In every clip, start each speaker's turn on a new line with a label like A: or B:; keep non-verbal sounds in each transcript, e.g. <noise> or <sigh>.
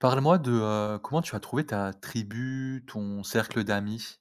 A: Parle-moi de, comment tu as trouvé ta tribu, ton cercle d'amis?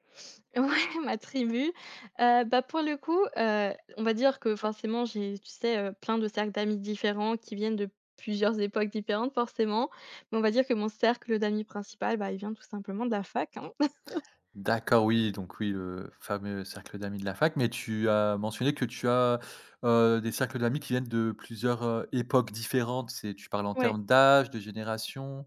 B: <laughs> Ouais, ma tribu, bah, pour le coup, on va dire que forcément j'ai, tu sais, plein de cercles d'amis différents qui viennent de plusieurs époques différentes forcément, mais on va dire que mon cercle d'amis principal, bah, il vient tout simplement de la fac, hein.
A: D'accord, oui, donc oui, le fameux cercle d'amis de la fac, mais tu as mentionné que tu as, des cercles d'amis qui viennent de plusieurs, époques différentes. C'est tu parles en
B: Ouais.
A: termes d'âge, de génération?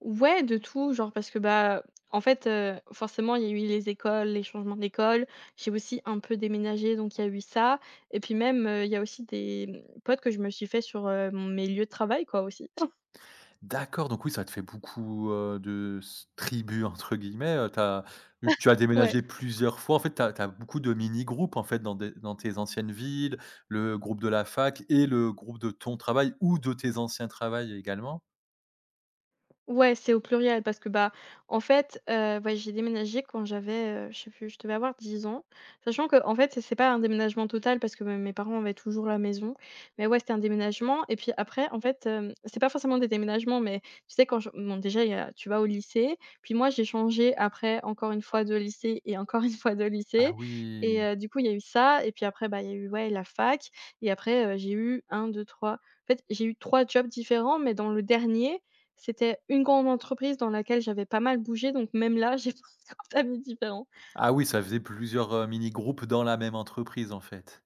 B: Ouais, de tout, genre parce que, bah, en fait, forcément il y a eu les écoles, les changements d'école, j'ai aussi un peu déménagé donc il y a eu ça et puis même, il y a aussi des, mmh, potes que je me suis fait sur, mes lieux de travail quoi aussi. <laughs>
A: D'accord, donc oui, ça te fait beaucoup, de s «tribus» entre guillemets, tu as vu que tu as
B: Ouais.
A: déménagé plusieurs fois, en fait, tu as beaucoup de mini-groupes, en fait, dans tes anciennes villes, le groupe de la fac et le groupe de ton travail ou de tes anciens travails également?
B: Ouais, c'est au pluriel parce que, bah, en fait, ouais, j'ai déménagé quand j'avais, je sais plus, je devais avoir 10 ans. Sachant que en fait, c'est pas un déménagement total parce que, bah, mes parents avaient toujours la maison. Mais ouais, c'était un déménagement et puis après, en fait, c'est pas forcément des déménagements, mais tu sais, quand je bon, déjà, il y a tu vas au lycée, puis moi, j'ai changé après encore une fois de lycée et encore <laughs> une fois de
A: Ah
B: lycée et
A: oui!
B: du coup, il y a eu ça et puis après, bah, il y a eu, ouais, la fac et après, j'ai eu un, deux, trois. En fait, j'ai eu 3 jobs différents, mais dans le dernier c'était une grande entreprise dans laquelle j'avais pas mal bougé, donc même là, j'ai <laughs> pas d'amis différents.
A: Ah oui, ça faisait plusieurs, mini-groupes dans la même entreprise, en fait.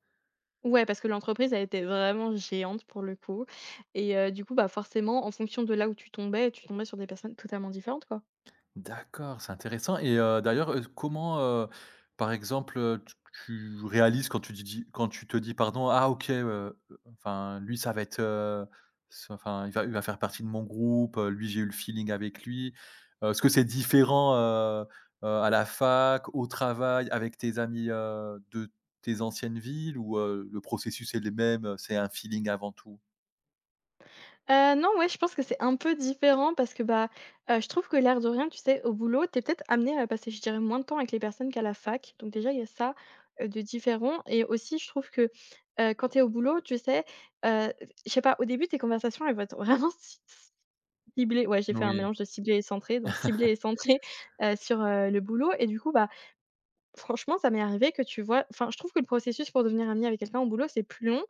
B: Ouais, parce que l'entreprise a été vraiment géante pour le coup et du coup, bah, forcément, en fonction de là où tu tombais sur des personnes totalement différentes, quoi.
A: D'accord, c'est intéressant et d'ailleurs, comment, heu, par exemple, tu réalises quand tu dis quand tu te dis pardon: «Ah OK, enfin lui ça va être, s enfin il va faire partie de mon groupe, lui j'ai eu le feeling avec lui». Est-ce que c'est différent, à la fac, au travail, avec tes amis, de tes anciennes villes ou le processus est le même, c'est un feeling avant tout?
B: Non, ouais, je pense que c'est un peu différent parce que, bah, je trouve que l'air de rien, tu sais, au boulot, t'es peut-être amené à passer, je dirais, moins de temps avec les personnes qu'à la fac, donc déjà, il y a ça, de différent et aussi, je trouve que, quand t'es au boulot, tu sais, heu, je sais pas, au début, tes conversations, elles vont être vraiment <laughs> si ciblé, ouais, j'ai fait un
A: Oui.
B: mélange de ciblé et centré, donc ciblé et centré, <laughs> sur, le boulot et du coup, bah, franchement, ça m'est arrivé que tu vois enfin, je trouve que le processus pour devenir ami avec quelqu'un au boulot, c'est plus long,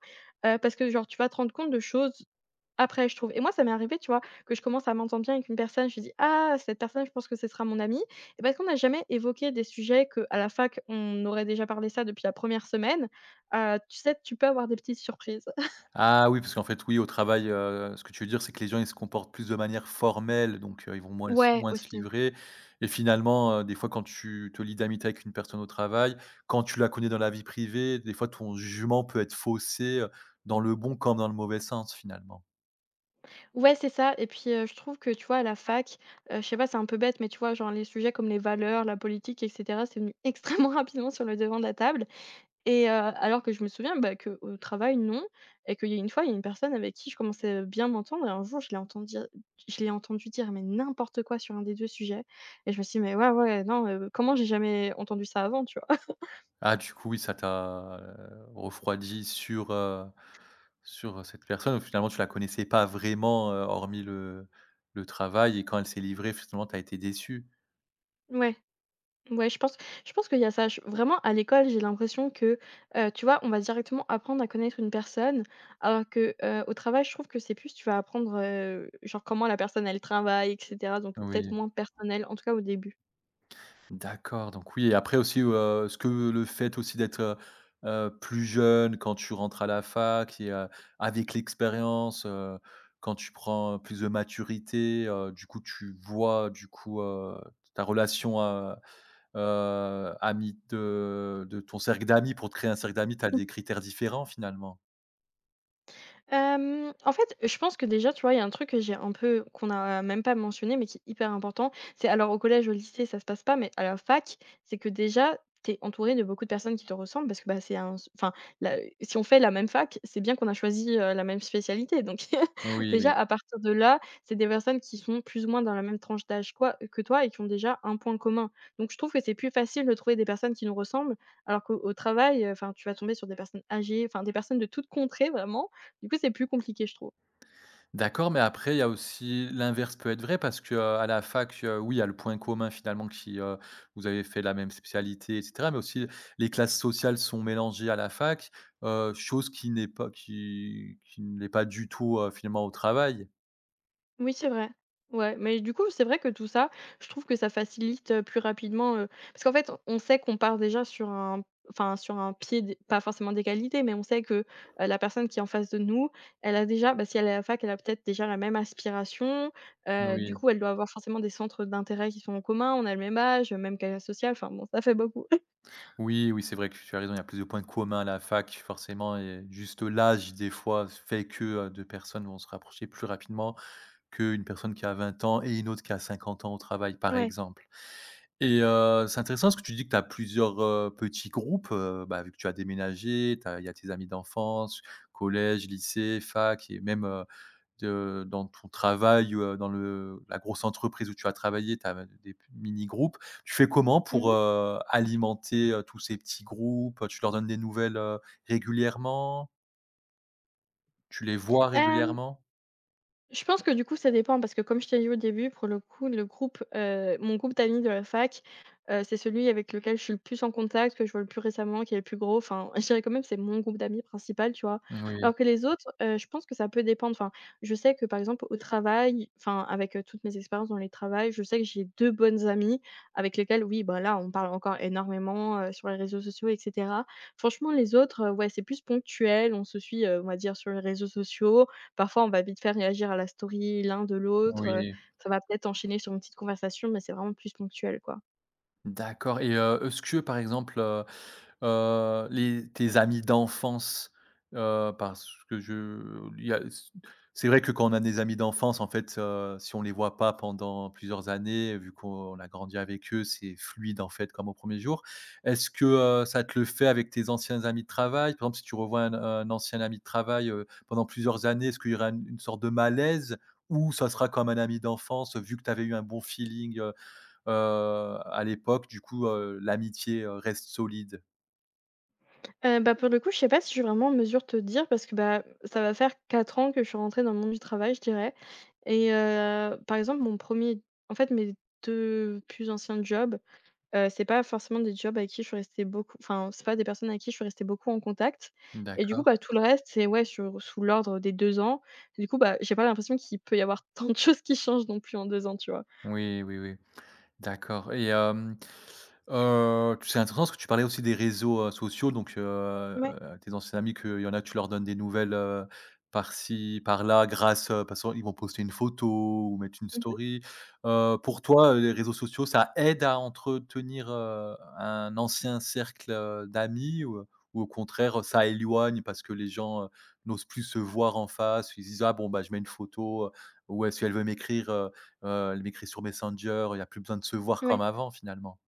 B: parce que genre tu vas te rendre compte de choses après, je trouve et moi, ça m'est arrivé, tu vois, que je commence à m'entendre bien avec une personne, je me dis: «Ah, cette personne, je pense que ce sera mon ami, et parce qu'on n'a jamais évoqué des sujets que à la fac, on aurait déjà parlé ça depuis la première semaine, tu sais, tu peux avoir des petites surprises.» <laughs>
A: Ah oui, parce qu'en fait, oui, au travail, ce que tu veux dire, c'est que les gens, ils se comportent plus de manière formelle, donc ils vont
B: Ouais,
A: moins se
B: aussi.
A: livrer et finalement, des fois, quand tu te lis d'amitié avec une personne au travail, quand tu la connais dans la vie privée, des fois, ton jugement peut être faussé, dans le bon comme dans le mauvais sens, finalement.
B: Ouais, c'est ça et puis, je trouve que, tu vois, à la fac, je sais pas, c'est un peu bête, mais tu vois, genre, les sujets comme les valeurs, la politique et cetera, c'est venu <laughs> extrêmement rapidement sur le devant de la table et alors que je me souviens, bah, qu'au travail, non et qu'il y a une fois, il y a une personne avec qui je commençais, bien m'entendre et un jour, je l'ai entendu dire, mais n'importe quoi sur un des 2 sujets et je me suis dit: «Mais ouais, ouais, non, comment j'ai jamais entendu ça avant?» Tu vois? <laughs>
A: Ah, du coup, oui, ça t'a, refroidi sur cette personne. Finalement, tu la connaissais pas vraiment, hormis le travail et quand elle s'est livrée, finalement, tu as été déçu?
B: Ouais. Ouais, je pense qu'il y a ça. Je vraiment, à l'école, j'ai l'impression que, tu vois, on va directement apprendre à connaître une personne, alors que, au travail, je trouve que c'est plus, tu vas apprendre, genre, comment la personne, elle travaille et cetera, donc peut-être
A: Oui.
B: moins personnel, en tout cas au début.
A: D'accord, donc oui et après aussi, est-ce que le fait aussi d'être, plus jeune quand tu rentres à la fac et avec l'expérience, quand tu prends plus de maturité, du coup tu vois du coup, ta relation, ami de ton cercle d'amis pour te créer un cercle d'amis, tu as des critères différents finalement?
B: En fait, je pense que déjà, tu vois, il y a un truc que j'ai un peu qu'on a même pas mentionné, mais qui est hyper important. C'est alors au collège, au lycée, ça se passe pas, mais à la fac, c'est que déjà, tu es entouré de beaucoup de personnes qui te ressemblent parce que, bah, c'est un s enfin, la si on fait la même fac, c'est bien qu'on a choisi, la même spécialité. Donc <laughs>
A: Oui,
B: déjà,
A: oui.
B: à partir de là, c'est des personnes qui sont plus ou moins dans la même tranche d'âge quoi que toi et qui ont déjà un point commun. Donc je trouve que c'est plus facile de trouver des personnes qui nous ressemblent alors qu'au au travail, enfin, tu vas tomber sur des personnes âgées, enfin, des personnes de toutes contrées, vraiment du coup, c'est plus compliqué, je trouve.
A: D'accord, mais après, il y a aussi l'inverse peut être vrai parce que, à la fac, oui, il y a le point commun finalement qui, vous avez fait la même spécialité et cetera, mais aussi les classes sociales sont mélangées à la fac, chose qui n'est pas qui ne l'est pas du tout, finalement au travail.
B: Oui, c'est vrai. Ouais, mais du coup, c'est vrai que tout ça, je trouve que ça facilite, plus rapidement, parce qu'en fait, on sait qu'on part déjà sur un enfin, sur un pied d pas forcément des qualités, mais on sait que, la personne qui est en face de nous, elle a déjà bah, si elle est à la fac, elle a peut-être déjà la même aspiration, du
A: Oui.
B: coup, elle doit avoir forcément des centres d'intérêt qui sont en commun, on a le même âge, même carrière sociale, enfin bon, ça fait beaucoup. <laughs>
A: Oui, oui, c'est vrai que tu as raison, il y a plus de points communs à la fac forcément et juste l'âge des fois fait que, 2 personnes vont se rapprocher plus rapidement qu'une personne qui a 20 ans et une autre qui a 50 ans au travail, par
B: Ouais.
A: exemple. Et c'est intéressant ce que tu dis que tu as plusieurs, petits groupes, bah, vu que tu as déménagé, t'as il y a tes amis d'enfance, collège, lycée, fac et même, de dans ton travail, dans le la grosse entreprise où tu as travaillé, tu as des mini groupes. Tu fais comment
B: Mmh
A: pour,
B: mh.
A: alimenter, tous ces petits groupes? Tu leur donnes des nouvelles, régulièrement? Tu les vois régulièrement?
B: Je pense que du coup, ça dépend parce que comme je t'ai dit au début, pour le coup, le groupe, mon groupe d'amis de la fac, c'est celui avec lequel je suis le plus en contact, que je vois le plus récemment, qui est le plus gros. Enfin, <laughs> je dirais quand même, c'est mon groupe d'amis principal, tu vois?
A: Oui,
B: Alors que les autres, je pense que ça peut dépendre. Enfin, je sais que, par exemple, au travail, enfin, avec, toutes mes expériences dans les travails, je sais que j'ai 2 bonnes amies avec lesquelles, oui, bah, là, on parle encore énormément, sur les réseaux sociaux et cetera. Franchement, les autres, ouais, c'est plus ponctuel. On se suit, on va dire sur les réseaux sociaux. Parfois, on va vite faire réagir à la story l'un de l'autre,
A: oui.
B: ça va peut-être enchaîner sur une petite conversation, mais c'est vraiment plus ponctuel, quoi.
A: D'accord et est-ce que par exemple, les tes amis d'enfance, parce que je il y a c'est vrai que quand on a des amis d'enfance, en fait, si on les voit pas pendant plusieurs années, vu qu'on a grandi avec eux, c'est fluide, en fait, comme au premier jour. Est-ce que, ça te le fait avec tes anciens amis de travail? Par exemple, si tu revois un ancien ami de travail, pendant plusieurs années, est-ce qu'il y aura une sorte de malaise ou ça sera comme un ami d'enfance, vu que tu avais eu un bon feeling, heu, à l'époque, du coup, l'amitié, reste solide?
B: Bah, pour le coup, je sais pas si je suis vraiment en mesure de te dire parce que, bah, ça va faire 4 ans que je suis rentrée dans le monde du travail, je dirais et par exemple, mon premier, en fait, mes 2 plus anciens jobs, c'est pas forcément des jobs avec qui je suis restée beaucoup enfin, c'est pas des personnes avec qui je suis restée beaucoup en contact et du coup,
A: D'accord.
B: bah, tout le reste, c'est ouais, sur sous l'ordre des 2 ans. Du coup, bah, j'ai pas l'impression qu'il peut y avoir tant de <laughs> choses qui changent non plus en 2 ans, tu vois?
A: Oui, oui, oui. D'accord et c'est intéressant parce que tu parlais aussi des réseaux, sociaux donc,
B: Ouais.
A: tes anciens amis qu'il y en a, tu leur donnes des nouvelles, par-ci, par-là grâce, parce qu'ils vont poster une photo ou mettre une
B: Mhm.
A: story. Pour toi, les réseaux sociaux, ça aide à entretenir, un ancien cercle, d'amis ou au contraire, ça éloigne parce que les gens, n'osent plus se voir en face? Ils disent: «Ah bon, bah, je mets une photo» ou «Est-ce qu'elle veut m'écrire?» Elle m'écrit sur Messenger, il n'y a plus besoin de se voir comme
B: Ouais.
A: avant finalement.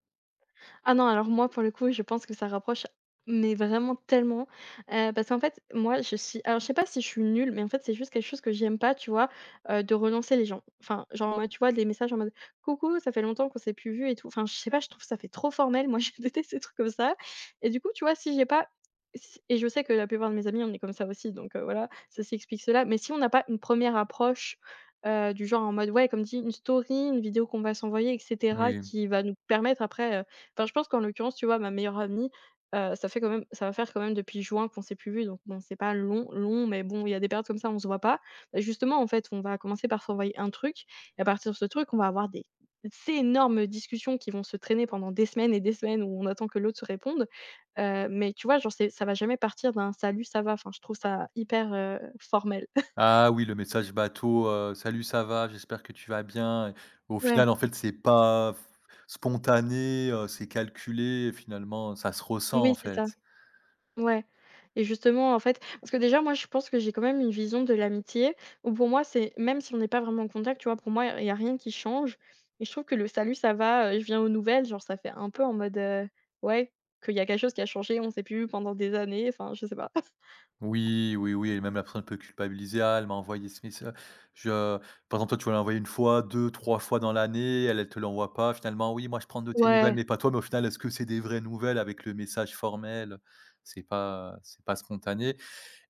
B: Ah non, alors moi, pour le coup, je pense que ça rapproche, mais vraiment tellement. Parce qu'en fait, moi, je suis alors je sais pas si je suis nulle, mais en fait, c'est juste quelque chose que j'aime pas, tu vois? De relancer les gens. Enfin, genre, en tu vois, des messages en mode: «Coucou, ça fait longtemps qu'on s'est plus vu et tout». Enfin, je sais pas, je trouve que ça fait trop formel. Moi, <laughs> je déteste ces trucs comme ça et du coup, tu vois, si j'ai pas si et je sais que la plupart de mes amis, on est comme ça aussi, donc voilà, ceci explique cela. Mais si on n'a pas une première approche, du genre en mode, ouais, comme dit, une story, une vidéo qu'on va s'envoyer et cetera,
A: Oui.
B: qui va nous permettre après, enfin, je pense qu'en l'occurrence, tu vois, ma meilleure amie, ça fait quand même ça va faire quand même depuis juin qu'on s'est plus vues, donc bon, c'est pas long, long, mais bon, il y a des périodes comme ça, on se voit pas. Bah, justement, en fait, on va commencer par s'envoyer un truc et à partir de ce truc, on va avoir des ces énormes discussions qui vont se traîner pendant des semaines et des semaines où on attend que l'autre se réponde, mais tu vois, genre, c'est ça va jamais partir d'un «salut, ça va?» Enfin, je trouve ça hyper, formel.
A: Ah oui, le message bateau, «Salut, ça va? J'espère que tu vas bien». Et au
B: Ouais,
A: final, en fait, c'est pas spontané, c'est calculé et finalement, ça se ressent, en
B: oui, c'est ça.
A: fait.
B: Ouais et justement, en fait parce que déjà, moi, je pense que j'ai quand même une vision de l'amitié où pour moi, c'est même si on n'est pas vraiment en contact, tu vois? Pour moi, il y a rien qui change et je trouve que le «salut, ça va?», «je viens aux nouvelles», genre, ça fait un peu en mode, ouais, qu'il y a quelque chose qui a changé, on s'est plus vu pendant des années, enfin, je sais pas. <laughs>
A: Oui, oui, oui et même la personne peut culpabiliser: «Ah, elle m'a envoyé ce messa je» par exemple, toi, tu vas l'envoyer une fois, deux, trois fois dans l'année, elle, te l'envoie pas. Finalement: «Oui, moi, je prends de tes nouvelles,
B: Ouais.
A: mais pas toi». Mais au final, est-ce que c'est des vraies nouvelles avec le message formel? C'est pas spontané.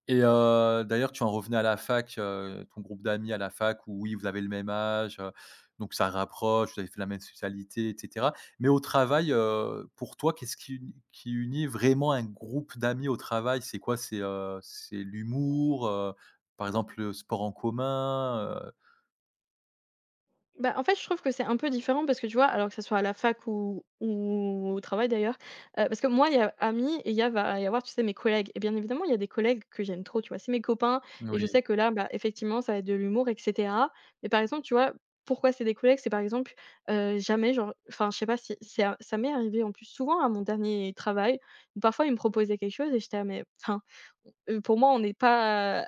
A: Et d'ailleurs, tu en revenais à la fac, ton groupe d'amis à la fac où oui, vous avez le même âge, donc ça rapproche, vous avez fait la même spécialité et cetera. Mais au travail, pour toi, qu'est-ce qui unit vraiment un groupe d'amis au travail? C'est quoi? C'est l'humour, par exemple, le sport en commun?
B: Bah, en fait, je trouve que c'est un peu différent parce que tu vois, alors que ce soit à la fac ou au travail d'ailleurs, parce que moi, il y a amis et il y a va y avoir, tu sais, mes collègues et bien évidemment, il y a des collègues que j'aime trop, tu vois? C'est mes copains et je
A: Moui.
B: sais que là, bah, effectivement, ça va être de l'humour et cetera. Mais par exemple, tu vois, pourquoi c'est des collègues? C'est par exemple, jamais genre enfin, je sais pas si c'est a ça m'est arrivé en plus souvent à mon dernier travail où parfois ils me proposaient quelque chose et j'étais là: «Mais enfin, pour moi, on n'est pas,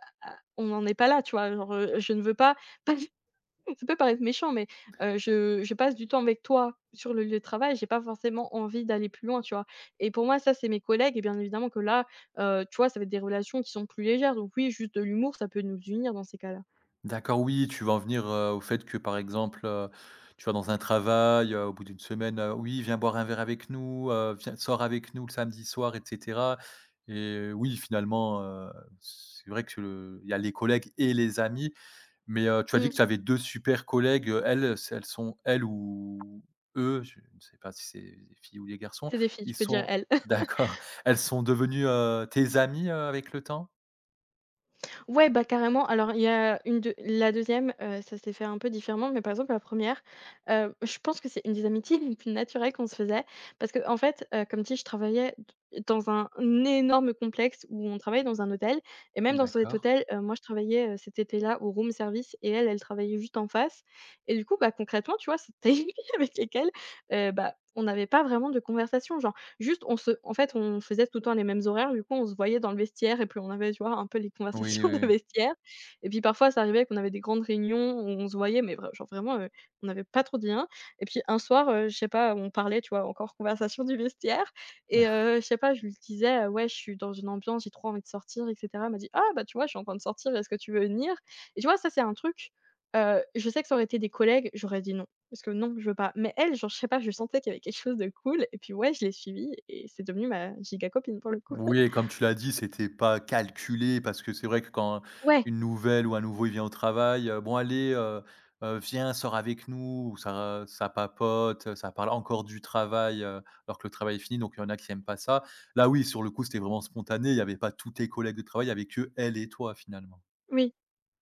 B: on n'en est pas là», tu vois? Genre, je ne veux pas. <laughs> Ça peut paraître méchant, mais je passe du temps avec toi sur le lieu de travail, j'ai pas forcément envie d'aller plus loin, tu vois? Et pour moi, ça, c'est mes collègues et bien évidemment que là, tu vois, ça va être des relations qui sont plus légères. Donc oui, juste de l'humour, ça peut nous unir dans ces cas-là.
A: D'accord, oui, tu vas en venir, au fait que, par exemple, tu vas dans un travail, au bout d'une semaine, «Oui, viens boire un verre avec nous, viens sors avec nous le samedi soir» et cetera et oui, finalement, c'est vrai que le il y a les collègues et les amis, mais tu as dit que
B: Mmh.
A: tu avais 2 super collègues, elles sont elles ou eux, je ne sais pas si c'est les filles ou les garçons,
B: C'est des filles, tu
A: ils
B: peux dire
A: sont
B: «elles».
A: d'accord, <laughs> elles sont devenues, tes amies, avec le temps?
B: Ouais, bah, carrément. Alors il y a une de la deuxième e ça s'est fait un peu différemment, mais par exemple la première, re je pense que c'est une des amitiés <laughs> les plus naturelles qu'on se faisait parce que en fait, comme dit, je travaillais d dans un énorme complexe où on travaillait dans un hôtel et même dans cet
A: D'accord.
B: hôtel, moi je travaillais, cet été-là au room service et elle, elle travaillait juste en face et du coup, bah, concrètement, tu vois, <laughs> c'était une fille <laughs> avec lesquelles, bah, on n'avait pas vraiment de conversation, genre. Juste, on se en fait, on faisait tout le temps les mêmes horaires, du coup, on se voyait dans le vestiaire et puis on avait, tu vois, un peu les
A: Oui, oui,
B: conversations <laughs> de
A: oui.
B: vestiaire et puis parfois, ça arrivait qu'on avait des grandes réunions où on se voyait, mais vra genre vraiment, on n'avait pas trop de lien et puis un soir, je sais pas, on parlait, tu vois, encore conversation du vestiaire et je sais pas, je lui disais: «Ouais, je suis dans une ambiance, j'ai trop envie de sortir et cetera». Elle m'a dit: «Ah bah, tu vois, je suis en train de sortir, est-ce que tu veux venir?» Et tu vois, ça, c'est un truc, je sais que ça aurait été des collègues, j'aurais dit non. Parce que non, je veux pas. Mais elle, genre, je sais pas, je sentais qu'il y avait quelque chose de cool et puis ouais, je l'ai suivie et c'est devenu ma giga copine pour le coup.
A: Oui
B: <laughs>
A: et comme tu l'as dit, c'était pas calculé parce que c'est vrai que quand
B: Ouais,
A: une nouvelle ou un nouveau, il vient au travail, «Bon allez, viens, sors avec nous» ou ça papote, ça parle encore du travail, alors que le travail est fini, donc il y en a qui aiment pas ça. Là oui, sur le coup, c'était vraiment spontané, il y avait pas tous tes collègues de travail, il y avait que elle et toi finalement.
B: oui.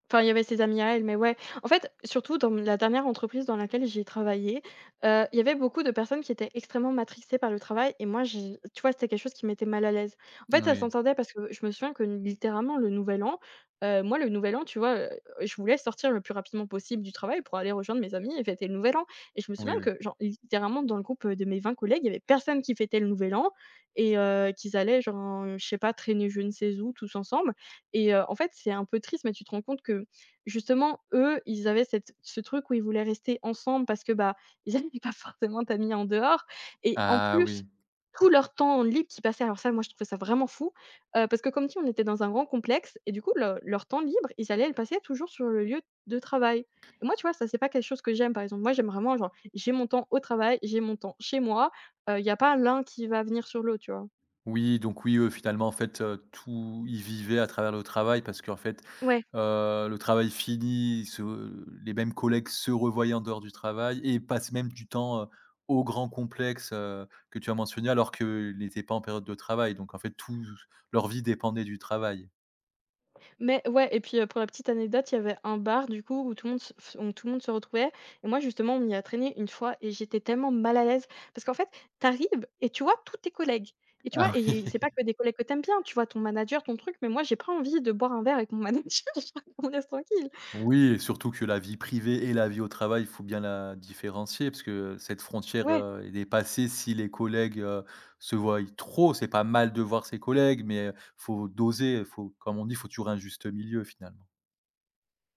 B: Enfin, il y avait ses amis à elle, mais ouais. En fait, surtout dans la dernière entreprise dans laquelle j'ai travaillé, il y avait beaucoup de personnes qui étaient extrêmement matrixées par le travail et moi j'ai tu vois, c'était quelque chose qui m'était mal à l'aise. En fait, ça
A: Oui,
B: s'entendait parce que je me souviens que littéralement le Nouvel An, moi le Nouvel An, tu vois, je voulais sortir le plus rapidement possible du travail pour aller rejoindre mes amis et fêter le Nouvel An et je me
A: oui,
B: souviens
A: oui.
B: que genre littéralement dans le groupe, de mes 20 collègues, il y avait personne qui fêtait le Nouvel An et qu'ils allaient genre en je sais pas, traîner je ne sais où tous ensemble. Et en fait, c'est un peu triste, mais tu te rends compte que, justement, eux, ils avaient cette ce truc où ils voulaient rester ensemble parce que, bah, ils avaient <laughs> pas forcément d'amis en dehors et en
A: Ah
B: plus,
A: oui.
B: tout leur temps libre qui passait, alors ça, moi, je trouvais ça vraiment fou, parce que comme dit, on était dans un grand complexe et du coup, le leur temps libre, ils allaient le passer toujours sur le lieu de travail et moi, tu vois, ça, c'est pas quelque chose que j'aime, par exemple. Moi, j'aime vraiment, genre, j'ai mon temps au travail, j'ai mon temps chez moi, il n'y a pas l'un qui va venir sur l'autre, tu vois?
A: Oui, donc oui, eux, finalement, en fait, tout ils vivaient à travers le travail parce qu'en fait,
B: Ouais.
A: le travail fini, se les mêmes collègues se revoyaient en dehors du travail et passent même du temps, au grand complexe, que tu as mentionné alors qu'ils n'étaient pas en période de travail. Donc en fait, tout leur vie dépendait du travail.
B: Mais ouais et puis, pour la petite anecdote, il y avait un bar du coup où tout le monde se retrouvait et moi justement on m'y a traîné une fois et j'étais tellement mal à l'aise parce qu'en fait, t'arrives et tu vois tous tes collègues et tu vois
A: Ah oui.
B: et c'est pas que des collègues que t'aimes bien, tu vois ton manager, ton truc, mais moi j'ai pas envie de boire un verre avec mon manager. <laughs> On qu'on laisse tranquille.
A: Oui et surtout que la vie privée et la vie au travail, il faut bien la différencier parce que cette frontière,
B: Ouais.
A: est dépassée si les collègues, se voient trop. C'est pas mal de voir ses collègues, mais faut doser, faut comme on dit, faut toujours un juste milieu finalement.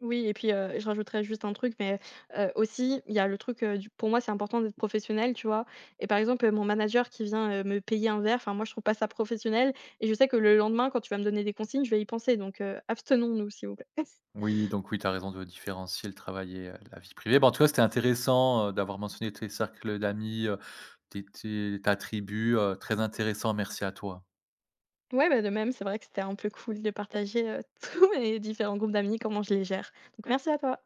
B: Oui et puis, je rajouterais juste un truc, mais, aussi, il y a le truc, du pour moi, c'est important d'être professionnel, tu vois? Et par exemple, mon manager qui vient, me payer un verre, enfin, moi, je trouve pas ça professionnel et je sais que le lendemain, quand tu vas me donner des consignes, je vais y penser donc, abstenons-nous, s'il vous plaît. <laughs>
A: Oui, donc oui, tu as raison de différencier le travail et la vie privée. Bah, en tout cas, c'était intéressant, d'avoir mentionné tes cercles d'amis, tes tes ta tribu, très intéressant. Merci à toi.
B: Ouais, bah, de même, c'est vrai que c'était un peu cool de partager, <laughs> tous mes différents groupes d'amis, comment je les gère. Donc merci à toi.